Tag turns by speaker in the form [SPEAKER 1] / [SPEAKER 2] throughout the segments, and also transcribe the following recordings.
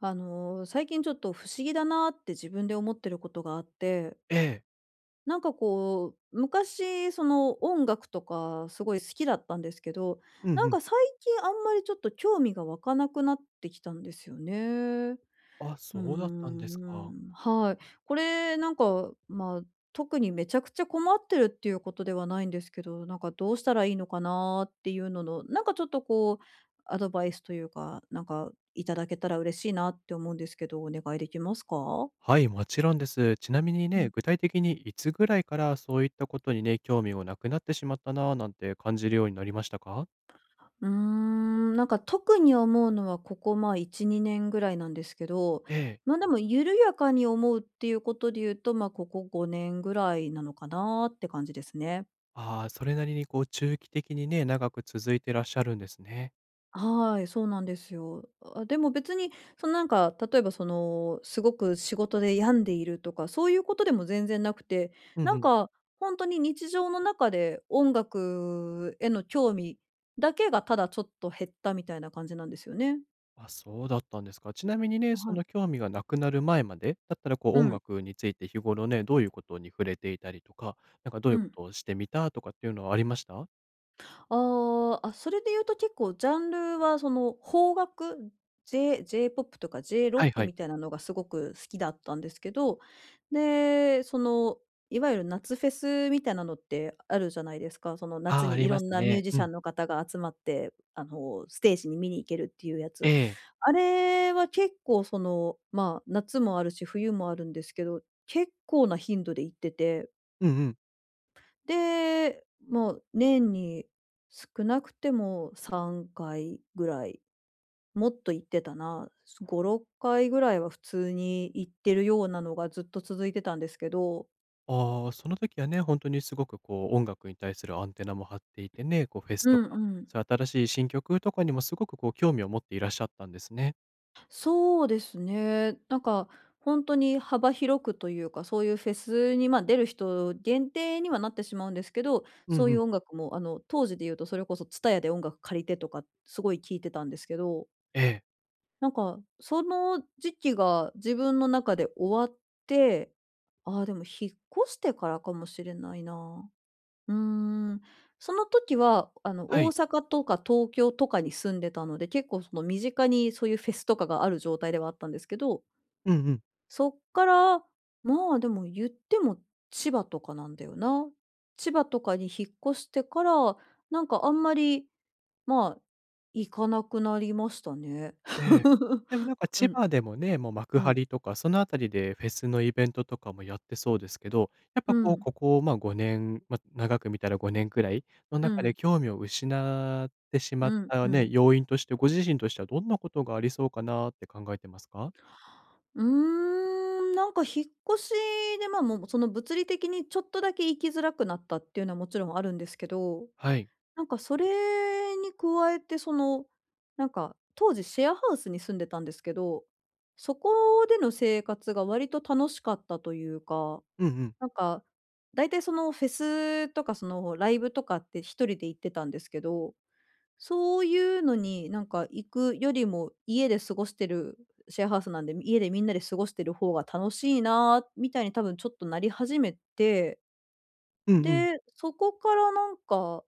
[SPEAKER 1] あの、最近ちょっと不思議だなって自分で思ってることがあって、
[SPEAKER 2] ええ。
[SPEAKER 1] なんかこう、昔その音楽とかすごい好きだったんですけど、
[SPEAKER 2] うん
[SPEAKER 1] な
[SPEAKER 2] う
[SPEAKER 1] ん
[SPEAKER 2] ん。
[SPEAKER 1] か最近あんまりちょっと興味が湧かなくなってきたんですよね。う
[SPEAKER 2] あ、
[SPEAKER 1] ー
[SPEAKER 2] そうだったんですか。
[SPEAKER 1] ん、はい。これなんか、まあ、特にめちゃくちゃ困ってるっていうことではないんですけど、なんかどうしたらいいのかなっていうのの、なんかちょっとこう、アドバイスというか、なんかいただけたら嬉しいなって思うんですけど、お願いできますか？
[SPEAKER 2] はい、もちろんです。ちなみに
[SPEAKER 1] う
[SPEAKER 2] ね、
[SPEAKER 1] ん。
[SPEAKER 2] 具体的にいつぐらいからそういったことにね、興味をなくなってしまったなぁなんて感じるようになりましたか？
[SPEAKER 1] うーん、なんか特に思うのはここ、まあ、1、2年ぐらいなんですけど、
[SPEAKER 2] ええ。
[SPEAKER 1] ま、でも緩やかに思うっていうことで言うと、ま、ここ5年ぐらいなのかなって感じですね。
[SPEAKER 2] ああ、それなりにこう中期的にね、長く続いてらっしゃるんですね。
[SPEAKER 1] はい、そうなんですよ。あ、でも別に、そのなんか、例えばその、すごく仕事で病んでいるとか、そういうことでも全然なくて、
[SPEAKER 2] うん
[SPEAKER 1] な
[SPEAKER 2] う
[SPEAKER 1] ん
[SPEAKER 2] ん。
[SPEAKER 1] か、本当に日常の中で音楽への興味だけがただちょっと減ったみたいな感じなんですよね。
[SPEAKER 2] あ、そうだったんですか。ちなみにね、そ
[SPEAKER 1] はい。
[SPEAKER 2] の興味がなくなる前まで、だったらこう
[SPEAKER 1] う
[SPEAKER 2] 音
[SPEAKER 1] ん、
[SPEAKER 2] 楽について日頃ね、どういうことに触れていたりとか、なんかどうい
[SPEAKER 1] う
[SPEAKER 2] うこ
[SPEAKER 1] ん。
[SPEAKER 2] とをしてみたとかっていうのはありました？
[SPEAKER 1] ああ、あ、それで言うと結構ジャンルはその邦楽、J-POP とか j ロッ
[SPEAKER 2] はい
[SPEAKER 1] ク
[SPEAKER 2] はい。
[SPEAKER 1] みたいなのがすごく好きだったんですけど、で、その、いわゆる夏フェスみたいなのってあるじゃないですか。その
[SPEAKER 2] あ
[SPEAKER 1] 夏
[SPEAKER 2] あ、あ
[SPEAKER 1] に
[SPEAKER 2] り
[SPEAKER 1] い
[SPEAKER 2] ま
[SPEAKER 1] ろ
[SPEAKER 2] す
[SPEAKER 1] んなミュー
[SPEAKER 2] ね。
[SPEAKER 1] ジ
[SPEAKER 2] う
[SPEAKER 1] シャ
[SPEAKER 2] ん。
[SPEAKER 1] ンの方が集まって、あの、ステージに見に行けるっていうや
[SPEAKER 2] え
[SPEAKER 1] つ。
[SPEAKER 2] え。
[SPEAKER 1] あれは結構その、まあ、夏もあるし、冬もあるんですけど、結構な頻度で行ってて、
[SPEAKER 2] うんうん、
[SPEAKER 1] で、もう年に少なくても3回ぐらい、もっと行ってたな、5、6回ぐらいは普通に行ってるようなのがずっと続いてたんですけど。
[SPEAKER 2] ああ、その時はね、本当にすごくこう音楽に対するアンテナも張っていてね、こうフェス
[SPEAKER 1] う
[SPEAKER 2] と
[SPEAKER 1] ん
[SPEAKER 2] か、
[SPEAKER 1] うん。
[SPEAKER 2] そういう新しい新曲とかにもすごくこう興味を持っていらっしゃったんですね。
[SPEAKER 1] そうですね。なんかほんとに幅広くというか、そういうフェスに、ま、出る人限定にはなってしまうんですけど、
[SPEAKER 2] う
[SPEAKER 1] そ
[SPEAKER 2] ん
[SPEAKER 1] う
[SPEAKER 2] う
[SPEAKER 1] い
[SPEAKER 2] ん。
[SPEAKER 1] う音楽もあの、当時で言うとそれこそ TSUTAYA で音楽借りてとか、すごい聴いてたんですけど。
[SPEAKER 2] ええ、
[SPEAKER 1] なんか、その時期が自分の中で終わって、ああ、でも引っ越してからかもしれないな。うーん。その時は、あの、
[SPEAKER 2] は
[SPEAKER 1] 大
[SPEAKER 2] い。
[SPEAKER 1] 阪とか東京とかに住んでたので、結構その身近にそういうフェスとかがある状態ではあったんですけど、
[SPEAKER 2] うんうん。
[SPEAKER 1] そっから、まあ、でも言っても千葉とかなんだよな。千葉とかに引っ越してから、なんかあんまり、まあ、行かなくなりましたね。
[SPEAKER 2] ええ。でもなんか
[SPEAKER 1] う
[SPEAKER 2] 千
[SPEAKER 1] ん。
[SPEAKER 2] 葉でもね、もう幕
[SPEAKER 1] うん。
[SPEAKER 2] 張とかそのあたりでフェスのイベントとかもやってそうですけど、やっ
[SPEAKER 1] う
[SPEAKER 2] ぱこう、
[SPEAKER 1] ん。
[SPEAKER 2] ここ、5年、長く見たら5年くらいの
[SPEAKER 1] う
[SPEAKER 2] 中で
[SPEAKER 1] ん。
[SPEAKER 2] 興味を失ってしまっ
[SPEAKER 1] うん。
[SPEAKER 2] た
[SPEAKER 1] う
[SPEAKER 2] ね、
[SPEAKER 1] ん。
[SPEAKER 2] 要因として、ご自身としてはどんなことがありそうかなって考えてますか？
[SPEAKER 1] うーん、なんか引っ越しで、ま、もうその物理的にちょっとだけ行きづらくなったっていうのはもちろんあるんですけど、
[SPEAKER 2] はい。
[SPEAKER 1] なんかそれに加えてその、なんか当時シェアハウスに住んでたんですけど、そこでの生活が割と楽しかったというか、
[SPEAKER 2] うんうん。
[SPEAKER 1] なんか、だいたいそのフェスとかそのライブとかって一人で行ってたんですけど、そういうのになんか行くよりも、家で過ごしてるシェアハウスなんで、家でみんなで過ごしてる方が楽しいなみたいに多分ちょっとなり始めて、
[SPEAKER 2] うんうん。
[SPEAKER 1] で、そこからなんか、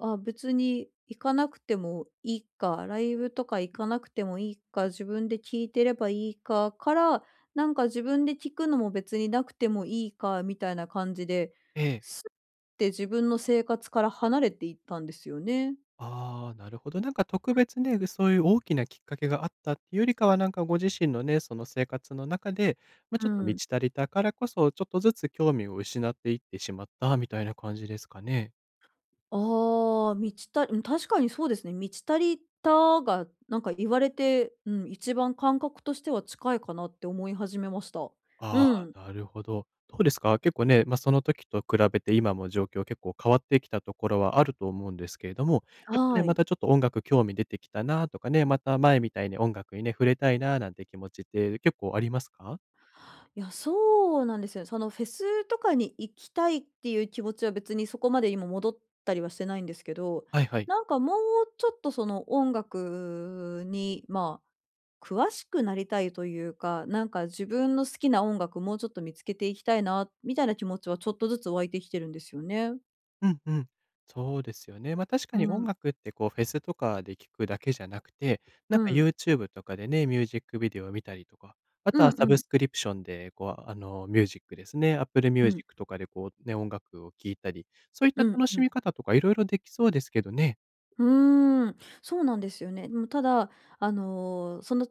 [SPEAKER 1] あ、別に行かなくてもいいか、ライブとか行かなくてもいいか、自分で聞いてればいいかから、なんか自分で聞くのも別になくてもいいかみたいな感じで、
[SPEAKER 2] ええ。
[SPEAKER 1] すって自分の生活から離れていったんですよね。
[SPEAKER 2] ああ、なるほど。なんか特別ね、そういう大きなきっかけがあったっていうよりかは、なんかご自身のね、その生活の中で、ち
[SPEAKER 1] う
[SPEAKER 2] ょっと満
[SPEAKER 1] ん。
[SPEAKER 2] ち足りたからこそ、ちょっとずつ興味を失っていってしまったみたいな感じですかね。
[SPEAKER 1] ああ、満ちたりうん、確かにそうですね。満ち足りたが、なんか言われて、うん、一番感覚としては近いかなって思い始めました。
[SPEAKER 2] あ
[SPEAKER 1] うん、
[SPEAKER 2] あ、なるほど。どうですか？結構ね、その時と比べて今も状況結構変わってきたところはあると思うんですけれども、やっぱね、
[SPEAKER 1] は
[SPEAKER 2] ま
[SPEAKER 1] い。
[SPEAKER 2] たちょっと音楽興味出てきたなとかね、また前みたいに音楽にね、触れたいななんて気持ちって結構ありますか？
[SPEAKER 1] いや、そうなんですよ。そのフェスとかに行きたいっていう気持ちは別にそこまで今戻ったりはしてないんですけど、
[SPEAKER 2] はいはい。
[SPEAKER 1] なんかもうちょっとその音楽に、まあ、詳しくなりたいというか、なんか自分の好きな音楽もうちょっと見つけていきたいなみたいな気持ちはちょっとずつ湧いてきてるんですよね。
[SPEAKER 2] うんうん。そうですよね。確か
[SPEAKER 1] う
[SPEAKER 2] に音
[SPEAKER 1] ん、
[SPEAKER 2] 楽ってこうフェスとかで聴くだけじゃなくて、なん
[SPEAKER 1] う
[SPEAKER 2] か
[SPEAKER 1] ん、
[SPEAKER 2] YouTube とかでね、ミュージックビデオを見たりとか、あ
[SPEAKER 1] う
[SPEAKER 2] とは
[SPEAKER 1] ん
[SPEAKER 2] サブ
[SPEAKER 1] うん、
[SPEAKER 2] スクリプションでこう、ミュージックですね、Apple
[SPEAKER 1] うん、
[SPEAKER 2] Music とかでこうね、音楽を聴いたり、そういった
[SPEAKER 1] うん、
[SPEAKER 2] 楽し
[SPEAKER 1] うん。
[SPEAKER 2] み方とかいろいろできそうですけどね。
[SPEAKER 1] うーん、そうなんですよね。でもただ、あの、その、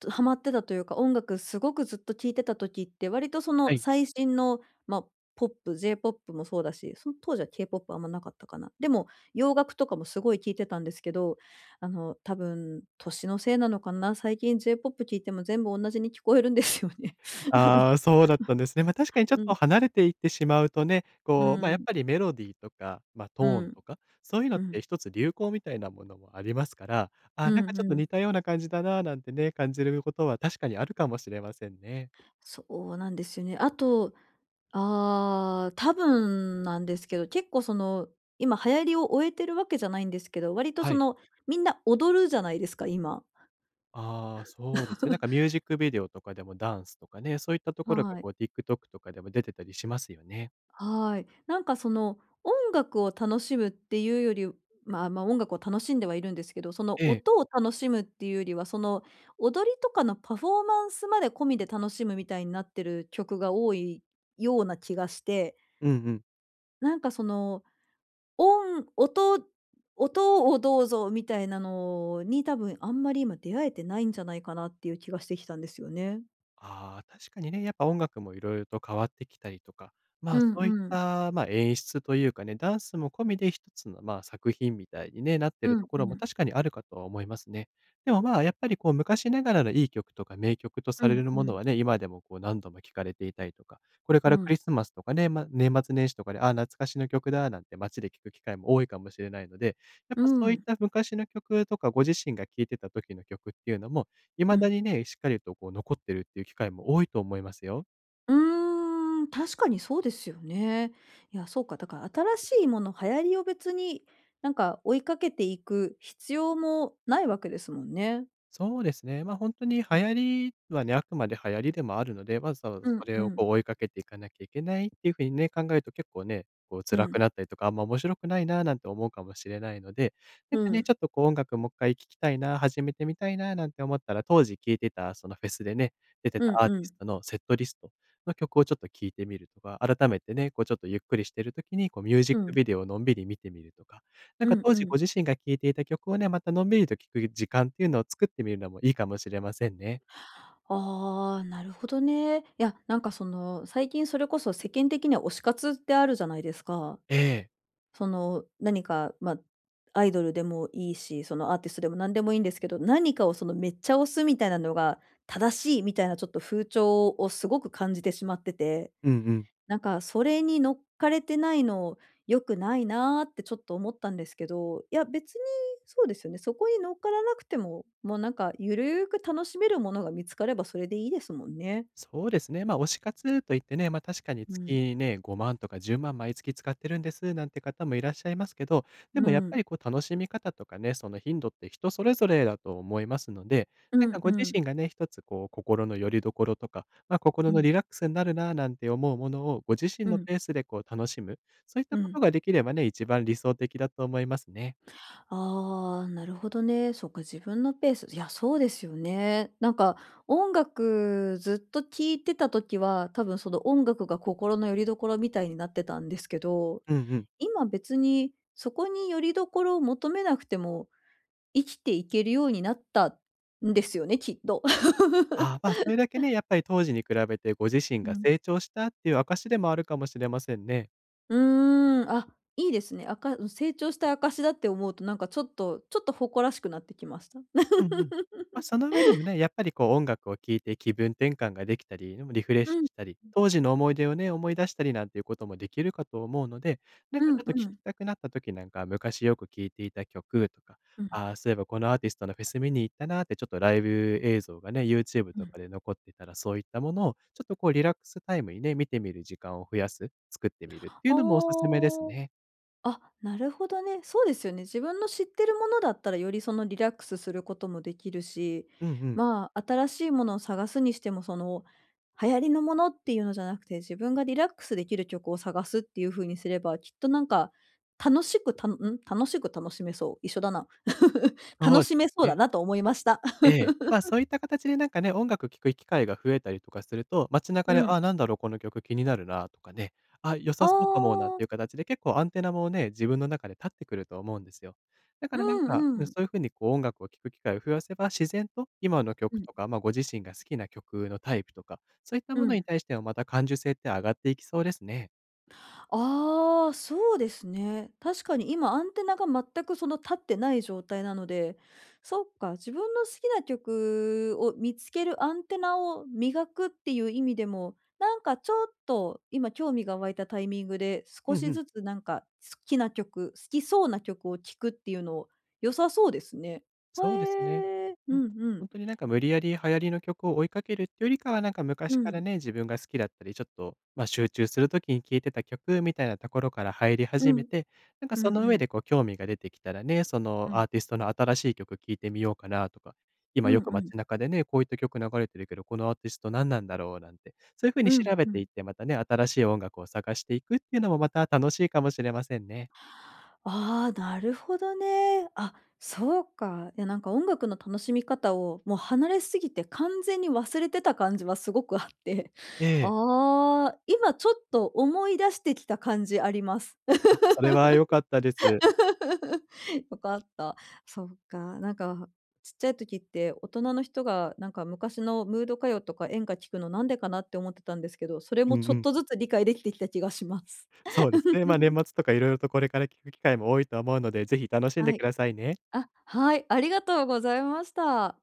[SPEAKER 1] とハマってたというか、音楽すごくずっと聴いてた時って、割とそ
[SPEAKER 2] は
[SPEAKER 1] の
[SPEAKER 2] い。
[SPEAKER 1] 最新の、まあ、ポップ、J-POP もそうだし、その当時は K-POP あんまなかったかな。でも、洋楽とかもすごい聴いてたんですけど、あの、多分年のせいなのかな、最近 J-POP 聴いても全部同じに聞こえるんですよね。
[SPEAKER 2] あ あ、そうだったんですね。確かにちょっ
[SPEAKER 1] う
[SPEAKER 2] と
[SPEAKER 1] ん、
[SPEAKER 2] 離れていってしまうとね、
[SPEAKER 1] う
[SPEAKER 2] こう、
[SPEAKER 1] ん、う
[SPEAKER 2] や
[SPEAKER 1] ー
[SPEAKER 2] っ
[SPEAKER 1] ん、
[SPEAKER 2] ぱりメロディーとか、ト
[SPEAKER 1] うん、う
[SPEAKER 2] ーン
[SPEAKER 1] ん、
[SPEAKER 2] とか、そういうのっ
[SPEAKER 1] うんうんうんうんう
[SPEAKER 2] て一つ流行みたいなものもありますから、
[SPEAKER 1] ん
[SPEAKER 2] あ、なん
[SPEAKER 1] う
[SPEAKER 2] か
[SPEAKER 1] ん
[SPEAKER 2] ちょっと
[SPEAKER 1] うん、
[SPEAKER 2] 似たような感じだななんてね、感じることは確かにあるかもしれませんね。
[SPEAKER 1] そうなんですよね。あと、ああ、多分なんですけど、結構その、今流行りを終えてるわけじゃないんですけど、割と
[SPEAKER 2] は
[SPEAKER 1] そ
[SPEAKER 2] い。
[SPEAKER 1] の、みんな踊るじゃないですか、今。
[SPEAKER 2] ああ、そうですね。なんかミュー ジックビデオとかでもダンスとかね、そういったところが
[SPEAKER 1] は
[SPEAKER 2] こ
[SPEAKER 1] い。
[SPEAKER 2] う TikTok とかでも出てたりしますよね。
[SPEAKER 1] はい。なんかその、音楽を楽しむっていうより、まあまあ、音楽を楽しんではいるんですけど、その
[SPEAKER 2] ええ。
[SPEAKER 1] 音を楽しむっていうよりは、その踊りとかのパフォーマンスまで込みで楽しむみたいになってる曲が多いような気がして、
[SPEAKER 2] うんうん。
[SPEAKER 1] なんかその音音音をどうぞみたいなのに、多分あんまり今出会えてないんじゃないかなっていう気がしてきたんですよね。
[SPEAKER 2] ああ、確かにね、やっぱ音楽もいろいろと変わってきたりとか、
[SPEAKER 1] うん
[SPEAKER 2] そういっ
[SPEAKER 1] うん。
[SPEAKER 2] た、演出というかね、ダンスも込みで一つの、作品みたいにね、なって
[SPEAKER 1] う
[SPEAKER 2] ると
[SPEAKER 1] ん
[SPEAKER 2] こ
[SPEAKER 1] う
[SPEAKER 2] ろも
[SPEAKER 1] ん。
[SPEAKER 2] 確かにあるかとは思いますね。でも、やっぱりこう昔ながらのいい曲とか名曲とさ
[SPEAKER 1] う
[SPEAKER 2] れ
[SPEAKER 1] ん
[SPEAKER 2] る
[SPEAKER 1] う
[SPEAKER 2] もの
[SPEAKER 1] ん。
[SPEAKER 2] はね、今でもこう何度も聴かれていたりとか、これか
[SPEAKER 1] う
[SPEAKER 2] らク
[SPEAKER 1] ん。
[SPEAKER 2] リスマスとかね、年末年始とかで、ああ、懐かしの曲だなんて街で聴く機会も多いかもしれないので、やっ
[SPEAKER 1] う
[SPEAKER 2] ぱそういっ
[SPEAKER 1] ん。
[SPEAKER 2] た昔の曲とかご自身が聴いてた時の曲っていうのも、
[SPEAKER 1] う
[SPEAKER 2] 未だ
[SPEAKER 1] ん。
[SPEAKER 2] にね、しっかりとこう残ってるっていう機会も多いと思いますよ。
[SPEAKER 1] うーん、確かにそうですよね。いや、そうか、だから新しいもの、流行りを別になんか追いかけていく必要もないわけですもんね。
[SPEAKER 2] そうですね。あ本当に流
[SPEAKER 1] うん。
[SPEAKER 2] 行りはね、あくまで流行りでもあるので、わざわざそ
[SPEAKER 1] うん
[SPEAKER 2] れ
[SPEAKER 1] う
[SPEAKER 2] をこ
[SPEAKER 1] ん。
[SPEAKER 2] う追いかけていかなきゃいけないっていう風にね、考えると結構ね、こう
[SPEAKER 1] う
[SPEAKER 2] 辛く
[SPEAKER 1] ん。
[SPEAKER 2] なったりとか、あんま面白くないななんて思うかもしれないので、なん
[SPEAKER 1] う
[SPEAKER 2] かね、
[SPEAKER 1] ん。
[SPEAKER 2] ちょっとこう音楽もう一回聴きたいな、始めてみたいななんて思ったら、当時聴いてたそのフェスでね、出てた
[SPEAKER 1] うん
[SPEAKER 2] アーテ
[SPEAKER 1] う
[SPEAKER 2] ィス
[SPEAKER 1] ん。
[SPEAKER 2] トのセットリストの曲をちょっと聴いてみるとか、改めてね、こうちょっとゆっくりしてる時に、こうミュージッ
[SPEAKER 1] う
[SPEAKER 2] ク
[SPEAKER 1] ん。
[SPEAKER 2] ビデオをのんびり見てみるとか、なん
[SPEAKER 1] う
[SPEAKER 2] か
[SPEAKER 1] ん
[SPEAKER 2] 当
[SPEAKER 1] う
[SPEAKER 2] 時
[SPEAKER 1] ん。
[SPEAKER 2] ご自身が聴いていた曲をね、またのんびりと聴く時間っていうのを作ってみるのもいいかもしれませんね。
[SPEAKER 1] ああ、なるほどね。いや、なんかその、最近それこそ世間的には推し活ってあるじゃないですか。
[SPEAKER 2] ええ。
[SPEAKER 1] その、何か、まあ、アイドルでもいいし、そのアーティストでも何でもいいんですけど、何かをそのめっちゃ推すみたいなのが正しいみたいなちょっと風潮をすごく感じてしまってて。
[SPEAKER 2] うんうん。
[SPEAKER 1] なんかそれに乗っかれてないの良くないなーってちょっと思ったんですけど、いや別にそうですよね、そこに乗っからなくても、もうなんかゆるーく楽しめるものが見つかればそれでいいですもんね。
[SPEAKER 2] そうですね。推し活と言ってね、確かに
[SPEAKER 1] うん。
[SPEAKER 2] 月ね、5万とか10万毎月使ってるんですなんて方もいらっしゃいますけど、で
[SPEAKER 1] う
[SPEAKER 2] もやっぱ
[SPEAKER 1] ん。
[SPEAKER 2] りこう楽しみ方とかね、その頻度って人それぞれだと思いますので、
[SPEAKER 1] う
[SPEAKER 2] なんか
[SPEAKER 1] ん
[SPEAKER 2] ご
[SPEAKER 1] う
[SPEAKER 2] 自
[SPEAKER 1] ん。
[SPEAKER 2] 身がね、一つこう心の拠り所とか、心
[SPEAKER 1] う
[SPEAKER 2] の
[SPEAKER 1] ん。
[SPEAKER 2] リラックスになるななんて思うものをご自身
[SPEAKER 1] う
[SPEAKER 2] の
[SPEAKER 1] ん。
[SPEAKER 2] ペースでこう楽しむ、そういった
[SPEAKER 1] う
[SPEAKER 2] こと
[SPEAKER 1] ん。
[SPEAKER 2] ができればね、一番理想的だと思いますね。
[SPEAKER 1] ああ、なるほどね。そっか、自分のペース。いや、そうですよね。なんか音楽ずっと聴いてた時は、多分その音楽が心の拠り所みたいになってたんですけど、
[SPEAKER 2] うんうん。
[SPEAKER 1] 今別にそこに拠り所を求めなくても生きていけるようになったんですよね、きっと。
[SPEAKER 2] ああ、それだけね、やっぱり当時に比べてご自身
[SPEAKER 1] う
[SPEAKER 2] が
[SPEAKER 1] ん。
[SPEAKER 2] 成長したっていう証でもあるかもしれませんね。
[SPEAKER 1] うーん、あ、いいですね。あか成長した証だって思うとなんかちょっとちょっと誇らしくなってきました。
[SPEAKER 2] うんうん。その 上でもね、やっぱりこう音楽を聴いて気分転換ができたり、でもリフレッ
[SPEAKER 1] う
[SPEAKER 2] シュ
[SPEAKER 1] ん、
[SPEAKER 2] したり、当時の思い出をね、思い出したりなんていうこともできるかと思うので、なん
[SPEAKER 1] う
[SPEAKER 2] かちょ
[SPEAKER 1] ん
[SPEAKER 2] っと聞
[SPEAKER 1] う
[SPEAKER 2] き
[SPEAKER 1] ん。
[SPEAKER 2] たくなった時なんか、昔よく聴いていた曲とか、
[SPEAKER 1] うん、
[SPEAKER 2] ああ、そういえばこのアーティストのフェス見に行ったなーって、ちょっとライブ映像がね、YouTube
[SPEAKER 1] う
[SPEAKER 2] とか
[SPEAKER 1] ん。
[SPEAKER 2] で残ってたら、そういったものをちょっとこうリラックスタイムにね、見てみる時間を増やす、作ってみるっていう
[SPEAKER 1] あ
[SPEAKER 2] のもおすすめです
[SPEAKER 1] あ。
[SPEAKER 2] ね。
[SPEAKER 1] あ、なるほどね。そうですよね。自分の知ってるものだったら、よりそのリラックスすることもできるし、
[SPEAKER 2] うんうん。
[SPEAKER 1] まあ、新しいものを探すにしても、その、流行りのものっていうのじゃなくて、自分がリラックスできる曲を探すっていう風にすれば、きっとなんか、楽しく楽しめそう。一緒だな。
[SPEAKER 2] そ
[SPEAKER 1] 楽
[SPEAKER 2] うで
[SPEAKER 1] しめそ
[SPEAKER 2] す
[SPEAKER 1] うだ
[SPEAKER 2] ね。
[SPEAKER 1] なと思いました。
[SPEAKER 2] え え、そういった形でなんかね、音楽聴く機会が増えたりとかすると、街中で、
[SPEAKER 1] うん。
[SPEAKER 2] あ、なんだろう、この曲気になるなとかね、あ、良さ
[SPEAKER 1] あ
[SPEAKER 2] そうかもなんて
[SPEAKER 1] あ。
[SPEAKER 2] いう形で結構アンテナもね、自分の中で立ってくると思うんですよ。だか
[SPEAKER 1] う
[SPEAKER 2] らなんか、
[SPEAKER 1] ん
[SPEAKER 2] うん、
[SPEAKER 1] う
[SPEAKER 2] そ
[SPEAKER 1] ん。
[SPEAKER 2] ういう風にこう音楽を聴く機会を増やせば、自然と今の
[SPEAKER 1] う
[SPEAKER 2] 曲
[SPEAKER 1] ん。
[SPEAKER 2] とか、ご自身が好きな曲のタイプとか、そういった
[SPEAKER 1] う
[SPEAKER 2] ものに
[SPEAKER 1] ん。
[SPEAKER 2] 対してもまた感受性って上がっていきそうですね。
[SPEAKER 1] ああ、そうですね。確かに今アンテナが全くその立ってない状態なので、そっか、自分の好きな曲を見つけるアンテナを磨くっていう意味でも、なんかちょっと今興味が湧いたタイミングで
[SPEAKER 2] う
[SPEAKER 1] 少
[SPEAKER 2] ん
[SPEAKER 1] し
[SPEAKER 2] うん。
[SPEAKER 1] ずつなんか好きな曲、好きそうな曲を聴くっていうのを良さそうですね。へ
[SPEAKER 2] そうですね。
[SPEAKER 1] え。う
[SPEAKER 2] うん。
[SPEAKER 1] んう
[SPEAKER 2] ほ
[SPEAKER 1] ん。
[SPEAKER 2] んとになんか無理やり流行りの曲を追いかけるってよりかは、なんか昔
[SPEAKER 1] う
[SPEAKER 2] から
[SPEAKER 1] ん。
[SPEAKER 2] ね、自分が好きだったり、ちょっと、集中する時に聴いてた曲みたいなところから入り
[SPEAKER 1] う
[SPEAKER 2] 始め
[SPEAKER 1] ん。
[SPEAKER 2] て、なんか
[SPEAKER 1] うん
[SPEAKER 2] その
[SPEAKER 1] う
[SPEAKER 2] 上
[SPEAKER 1] ん。
[SPEAKER 2] でこう興味が出てきたらね、その
[SPEAKER 1] うん。
[SPEAKER 2] アーティストの新しい曲聴いてみようかなとか、今
[SPEAKER 1] う
[SPEAKER 2] よ
[SPEAKER 1] ん
[SPEAKER 2] く
[SPEAKER 1] うん。
[SPEAKER 2] 街中でね、こういった曲流れてるけど、このアーティスト何なんだろうなんて、そういう風に
[SPEAKER 1] うん
[SPEAKER 2] 調べ
[SPEAKER 1] う
[SPEAKER 2] てい
[SPEAKER 1] ん。
[SPEAKER 2] って、またね、新しい音楽を探していくっていうのもまた楽しいかもしれませんね。
[SPEAKER 1] ああ、なるほどね。あ、そうか。いや、なんか音楽の楽しみ方をもう離れすぎて完全に忘れてた感じはすごくあって。
[SPEAKER 2] え え。
[SPEAKER 1] ああ、今ちょっと思い出してきた感じあります。
[SPEAKER 2] あ、それは良かったです。
[SPEAKER 1] よかった。そうか。なんか、ちっちゃい時って大人の人がなんか昔のムード歌謡とか演歌聞くのなんでかなって思ってたんですけど、それ
[SPEAKER 2] うん
[SPEAKER 1] もちょ
[SPEAKER 2] う
[SPEAKER 1] っ
[SPEAKER 2] ん。
[SPEAKER 1] とずつ理解できてきた気がします。
[SPEAKER 2] そうですね。年 末とかいろいろとこれから聞く機会も多いと思うので、ぜひ楽しんで
[SPEAKER 1] は
[SPEAKER 2] く
[SPEAKER 1] い。
[SPEAKER 2] ださいね。
[SPEAKER 1] あ、はい、ありがとうございました。